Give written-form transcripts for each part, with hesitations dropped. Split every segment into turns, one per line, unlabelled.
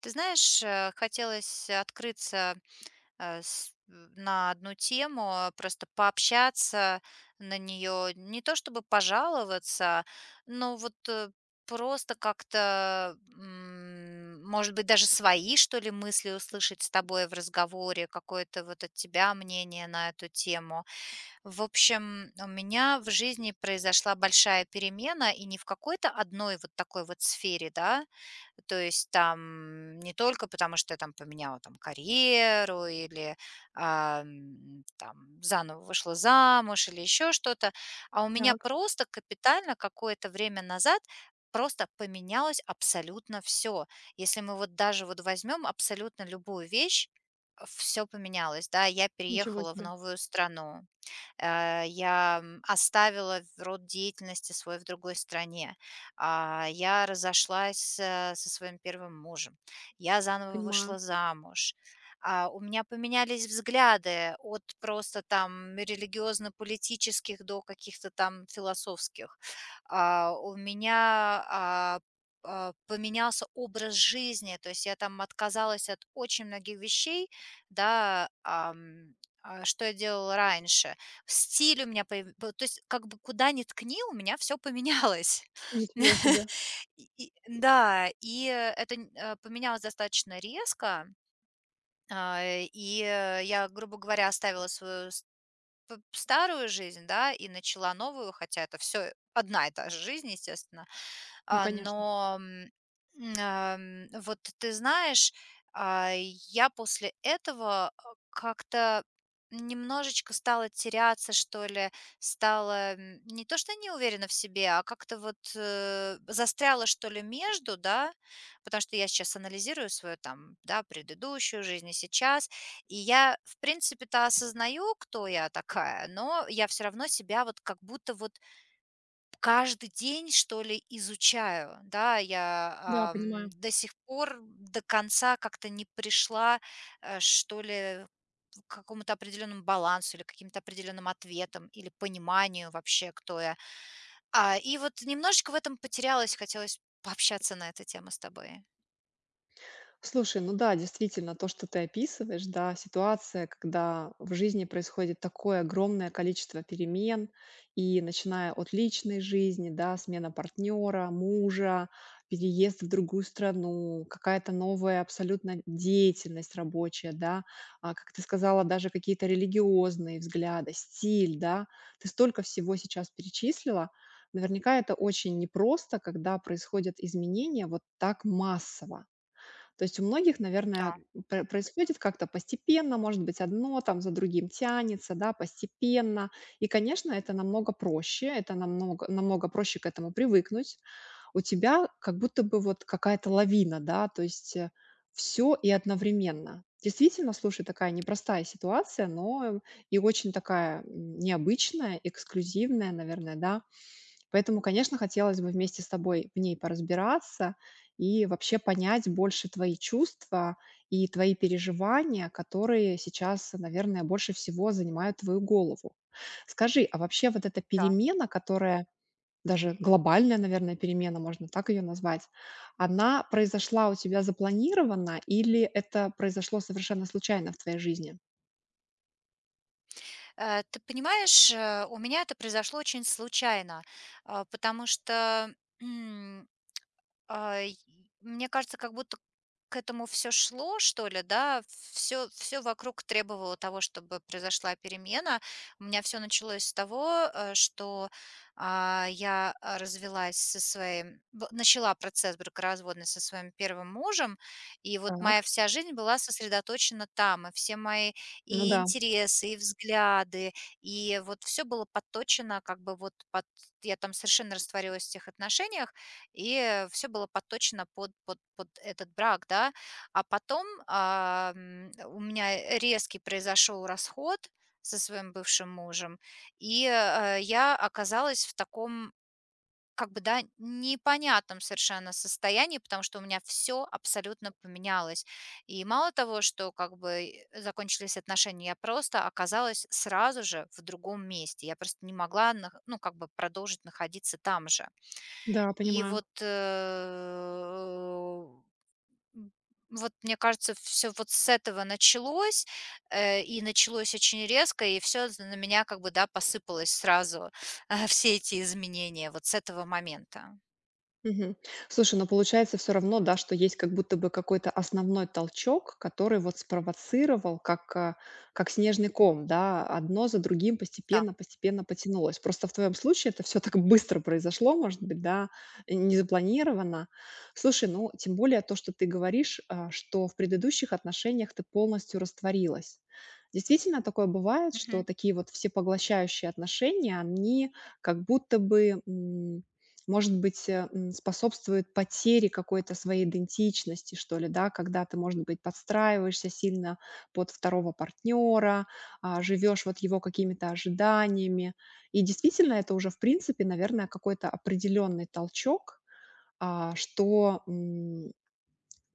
Ты знаешь, хотелось открыться на одну тему, просто пообщаться на нее, не то чтобы пожаловаться, но вот просто как-то, может быть, даже свои, что ли, мысли услышать с тобой в разговоре, какое-то вот от тебя мнение на эту тему. В общем, у меня в жизни произошла большая перемена, и не в какой-то одной вот такой вот сфере, да, то есть там не только потому, что я там поменяла там карьеру или, там заново вышла замуж или еще что-то, а у меня
Так,
просто капитально какое-то время назад просто поменялось абсолютно все. Если мы вот даже вот возьмем абсолютно любую вещь, все поменялось, да. Я
ничего
переехала в
себе.
новую страну. Я, оставила в род деятельности свой в другой стране. Я разошлась, со своим первым мужем. Я заново вышла
Понимаю.
замуж. У меня поменялись взгляды от просто там религиозно-политических до каких-то там философских. У меня, поменялся образ жизни, то есть я там отказалась от очень многих вещей, да, что я делала раньше. Стиль у меня появ п то есть как бы куда ни ткни, у меня все поменялось.
Ничего себе.
И да, и это поменялось достаточно резко. Я, грубо говоря, оставила свою ст п старую жизнь, да, и начала новую, хотя это все одна и та же жизнь, естественно.
Ну, конечно.
Но, вот ты знаешь, я после этого, как-то немножечко стала теряться, что ли, стала, не то что не уверена в себе, а как-то вот, застряла, что ли, между, да. Потому что я сейчас анализирую свою там, да, предыдущую жизнь и сейчас. И я, в принципе-то, осознаю, кто я такая, но я все равно себя вот как будто вот каждый день, что ли, изучаю, да, я,
Да, понимаю.
до сих пор до конца как-то не пришла, что ли, к какому-то определенному балансу или каким-то определенным ответам, или пониманию вообще, кто я. И вот немножечко в этом потерялась, хотелось пообщаться на эту тему с тобой.
Слушай, ну да, действительно, то, что ты описываешь, да, ситуация, когда в жизни происходит такое огромное количество перемен, и начиная от личной жизни, да, смена партнера, мужа, переезд в другую страну, какая-то новая абсолютно деятельность рабочая, да, как ты сказала, даже какие-то религиозные взгляды, стиль, да, ты столько всего сейчас перечислила, наверняка это очень непросто, когда происходят изменения вот так массово. То есть у многих, наверное,
Да,
пр происходит как-то постепенно, может быть, одно там за другим тянется, да, постепенно. И, конечно, это намного проще, это намного намного проще к этому привыкнуть. У тебя как будто бы вот какая-то лавина, да, то есть, все и одновременно. Действительно, слушай, такая непростая ситуация, но и очень такая, необычная, эксклюзивная, наверное, да. Поэтому, конечно, хотелось бы вместе с тобой в ней поразбираться и вообще понять больше твои чувства и твои переживания, которые сейчас, наверное, больше всего занимают твою голову. Скажи, а вообще вот эта
да.
перемена, которая даже глобальная, наверное, перемена, можно так ее назвать, она произошла у тебя запланированно или это произошло совершенно случайно в твоей жизни?
Ты понимаешь, у меня это произошло очень случайно, потому что, А, и мне кажется, как будто к этому все шло, что ли, да. Все, все вокруг требовало того, чтобы произошла перемена. У меня все началось с того, что, я, а, развелась со своим б начала процесс бракоразводный со своим первым мужем, и вот моя
Так,
вся жизнь была сосредоточена там, и все мои
ну
и
да,
интересы, и взгляды, и вот все было подточено как бы вот под я там совершенно растворилась в тех отношениях. И все было подточено под этот брак, да. А потом, у меня резкий произошел расход со своим бывшим мужем, и, я оказалась в таком, как бы, да, непонятном совершенно состоянии, потому что у меня все абсолютно поменялось. И мало того, что, как бы, закончились отношения, я просто оказалась сразу же в другом месте. Я просто не могла нах ну, как бы, продолжить находиться там же.
да,
И
понимаю.
вот, м, вот мне кажется, все вот с этого началось, и началось очень резко, и все на меня как бы, да, посыпалось сразу, все эти изменения вот с этого момента.
Мгм. Слушай, но получается все равно, да, что есть как будто бы какой-то основной толчок, который вот спровоцировал, как снежный ком, да, одно за другим
Да.
постепенно, постепенно потянулось. Просто в твоем случае это все так быстро произошло, может быть, да, не запланировано. Слушай, ну, тем более то, что ты говоришь, что в предыдущих отношениях ты полностью растворилась. Действительно, такое бывает, что
Мгм.
такие вот всепоглощающие отношения, они как будто бы, может быть, способствует потере какой-то своей идентичности, что ли, да, когда ты, может быть, подстраиваешься сильно под второго партнера, живешь вот его какими-то ожиданиями. И действительно, это уже, в принципе, наверное, какой-то определенный толчок, что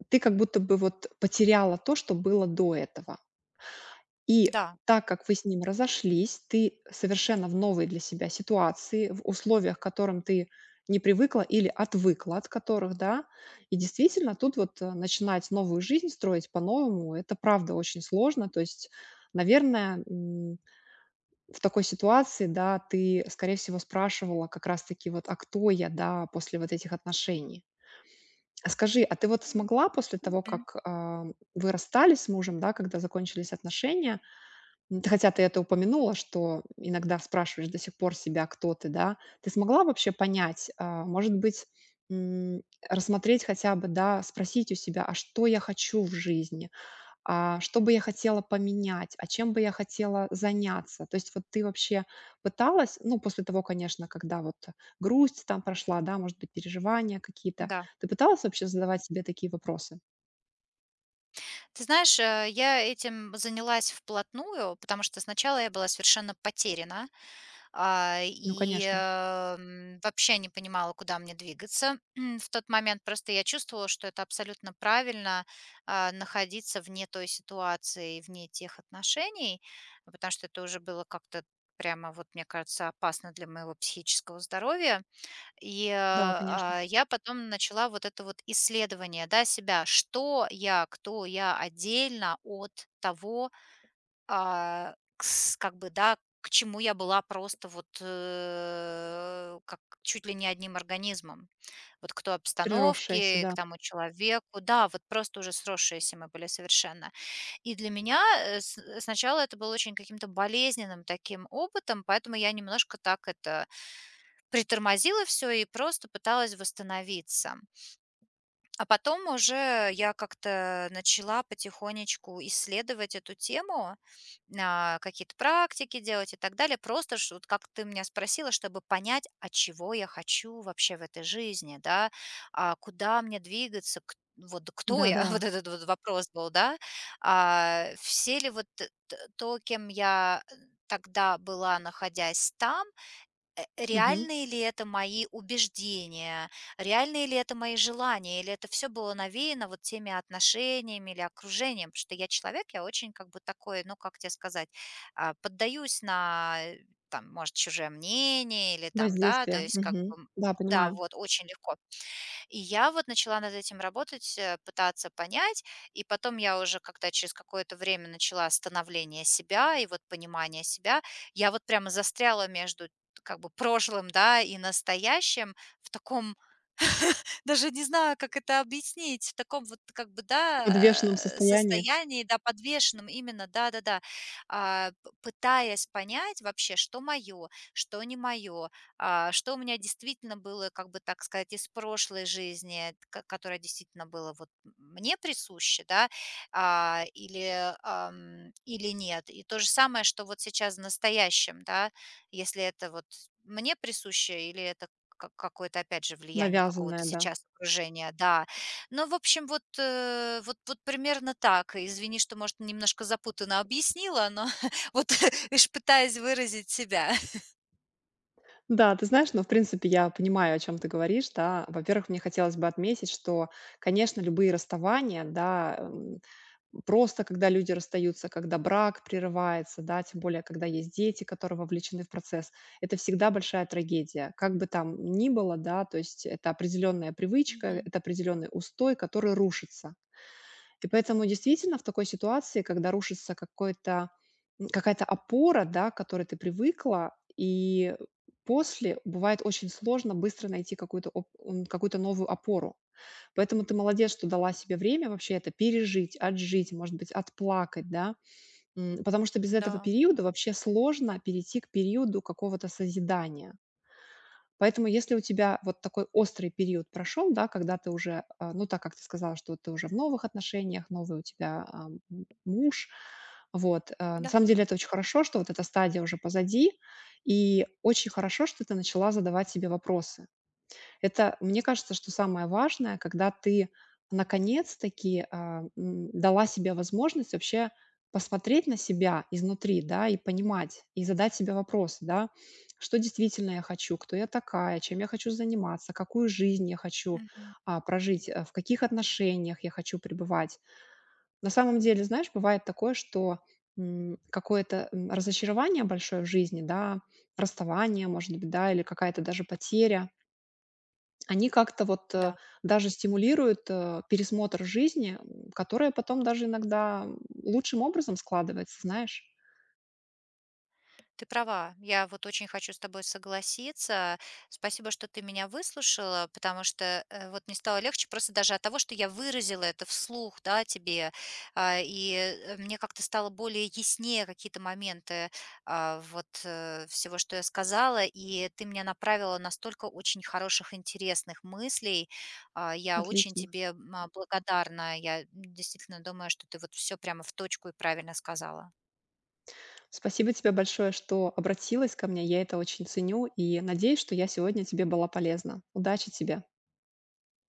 ты как будто бы вот потеряла то, что было до этого. И
Да.
так как вы с ним разошлись, ты совершенно в новой для себя ситуации, в условиях, к которым ты не привыкла или отвыкла от которых, да. И действительно, тут вот, начинать новую жизнь строить по-новому- это правда очень сложно. То есть, наверное, в такой ситуации, да, ты, скорее всего, спрашивала как раз-таки вот: "А кто я, да, после вот этих отношений?" А скажи, а ты вот
М,
смогла после того,
м.
как, вы расстались с мужем, да, когда закончились отношения. Хотя ты это упомянула, что иногда спрашиваешь до сих пор себя, кто ты, да. Ты смогла вообще понять, может быть, м, рассмотреть хотя бы, да, спросить у себя: "А что я хочу в жизни? А что бы я хотела поменять? А чем бы я хотела заняться?" То есть вот ты вообще пыталась, ну, после того, конечно, когда вот грусть там прошла, да, может быть, переживания какие-то,
Да.
ты пыталась вообще задавать себе такие вопросы?
Ты знаешь, я этим занялась вплотную, потому что сначала я была совершенно потеряна,
Ну, конечно.
вообще не понимала, куда мне двигаться. В тот момент просто я чувствовала, что это абсолютно правильно, находиться вне той ситуации вне тех отношений, потому что это уже было как-то прямо, вот мне кажется, опасно для моего психического здоровья. И,
Да, конечно.
я потом начала вот это вот исследование, да, себя, что я, кто я отдельно от того, а, кс как бы, да, к чему я была просто вот, как чуть ли не одним организмом. Вот к той
Приросшаяся,
обстановке, к
да.
тому человеку. Да, вот просто уже сросшиеся мы были совершенно. И для меня, э, с сначала это было очень каким-то болезненным таким опытом, поэтому я немножко так это притормозила все и просто пыталась восстановиться. А потом уже я как-то начала потихонечку исследовать эту тему, какие-то практики делать и так далее. Просто ш вот как ты меня спросила, чтобы понять, а чего я хочу вообще в этой жизни, да, а куда мне двигаться, к вот кто я,
Да-да.
вот этот вот вопрос был, да. Все ли вот то, кем я тогда была, находясь там, реальные ли это мои убеждения, реальные ли это мои желания, или это все было навеяно вот теми отношениями или окружением. Потому что я человек, я очень как бы такой, ну, как тебе сказать, поддаюсь на, там, может, чужое мнение или там, да, то
Воздействие,
есть как бы,
мгм. Да,
да,
понимаю.
вот, очень легко. И я вот начала над этим работать, пытаться понять, и потом я уже, когда через какое-то время начала становление себя и вот понимание себя, я вот прямо застряла между как бы прошлым, да, и настоящим в таком даже не знаю, как это объяснить, в таком вот как бы,
В
да,
подвешенном состоянии.
состоянии, да, подвешенном именно, да-да-да, а, п пытаясь понять вообще, что мое, что не мое, что у меня действительно было, как бы, так сказать, из прошлой жизни, ко которая действительно была вот мне присуща, да, или, или нет. И то же самое, что вот сейчас в настоящем, да, если это вот мне присуще или это ка какое-то, опять же, влияние какого-то
Навязанное, да.
сейчас окружения, да. Ну, в общем, вот, вот примерно так. Извини, что, может, немножко запутанно объяснила, но вот, видишь, пытаюсь выразить себя.
Да, ты знаешь, но в принципе, я понимаю, о чем ты говоришь, да. Во-первых, мне хотелось бы отметить, что, конечно, любые расставания, да, просто когда люди расстаются, когда брак прерывается, да, тем более, когда есть дети, которые вовлечены в процесс, это всегда большая трагедия. Как бы там ни было, да, то есть это определенная привычка,
Мгм.
это определенный устой, который рушится. И поэтому действительно в такой ситуации, когда рушится какой-то какая-то опора, да, к которой ты привыкла, и после бывает очень сложно быстро найти какую-то какую-то новую опору. Поэтому ты молодец, что дала себе время вообще это пережить, отжить, может быть, отплакать, да. Потому что без этого
Да,
периода вообще сложно перейти к периоду какого-то созидания. Поэтому, если у тебя вот такой острый период прошел, да, когда ты уже, ну, так как ты сказала, что ты уже в новых отношениях, новый у тебя муж, вот, на
да.
самом деле это очень хорошо, что вот эта стадия уже позади, и очень хорошо, что ты начала задавать себе вопросы. Это, мне кажется, что самое важное, когда ты наконец-таки дала себе возможность вообще посмотреть на себя изнутри, да, и понимать, и задать себе вопросы, да, что действительно я хочу, кто я такая, чем я хочу заниматься, какую жизнь я хочу
Мгм.
прожить, в каких отношениях я хочу пребывать. На самом деле, знаешь, бывает такое, что какое-то разочарование большое в жизни, да, расставание, может быть, да, или какая-то даже потеря, они как-то вот,
Да.
даже стимулируют, пересмотр жизни, которая потом даже иногда, лучшим образом складывается, знаешь.
Ты права. Я вот очень хочу с тобой согласиться. Спасибо, что ты меня выслушала, потому что вот мне стало легче просто даже от того, что я выразила это вслух, да, тебе. Мне как-то стало более яснее какие-то моменты всего, что я сказала, и ты меня направила на столько очень хороших, интересных мыслей. Я очень
Отлично.
тебе благодарна. Я действительно думаю, что ты вот все прямо в точку и правильно сказала.
Спасибо тебе большое, что обратилась ко мне. Я это очень ценю и надеюсь, что я сегодня тебе была полезна. Удачи тебе.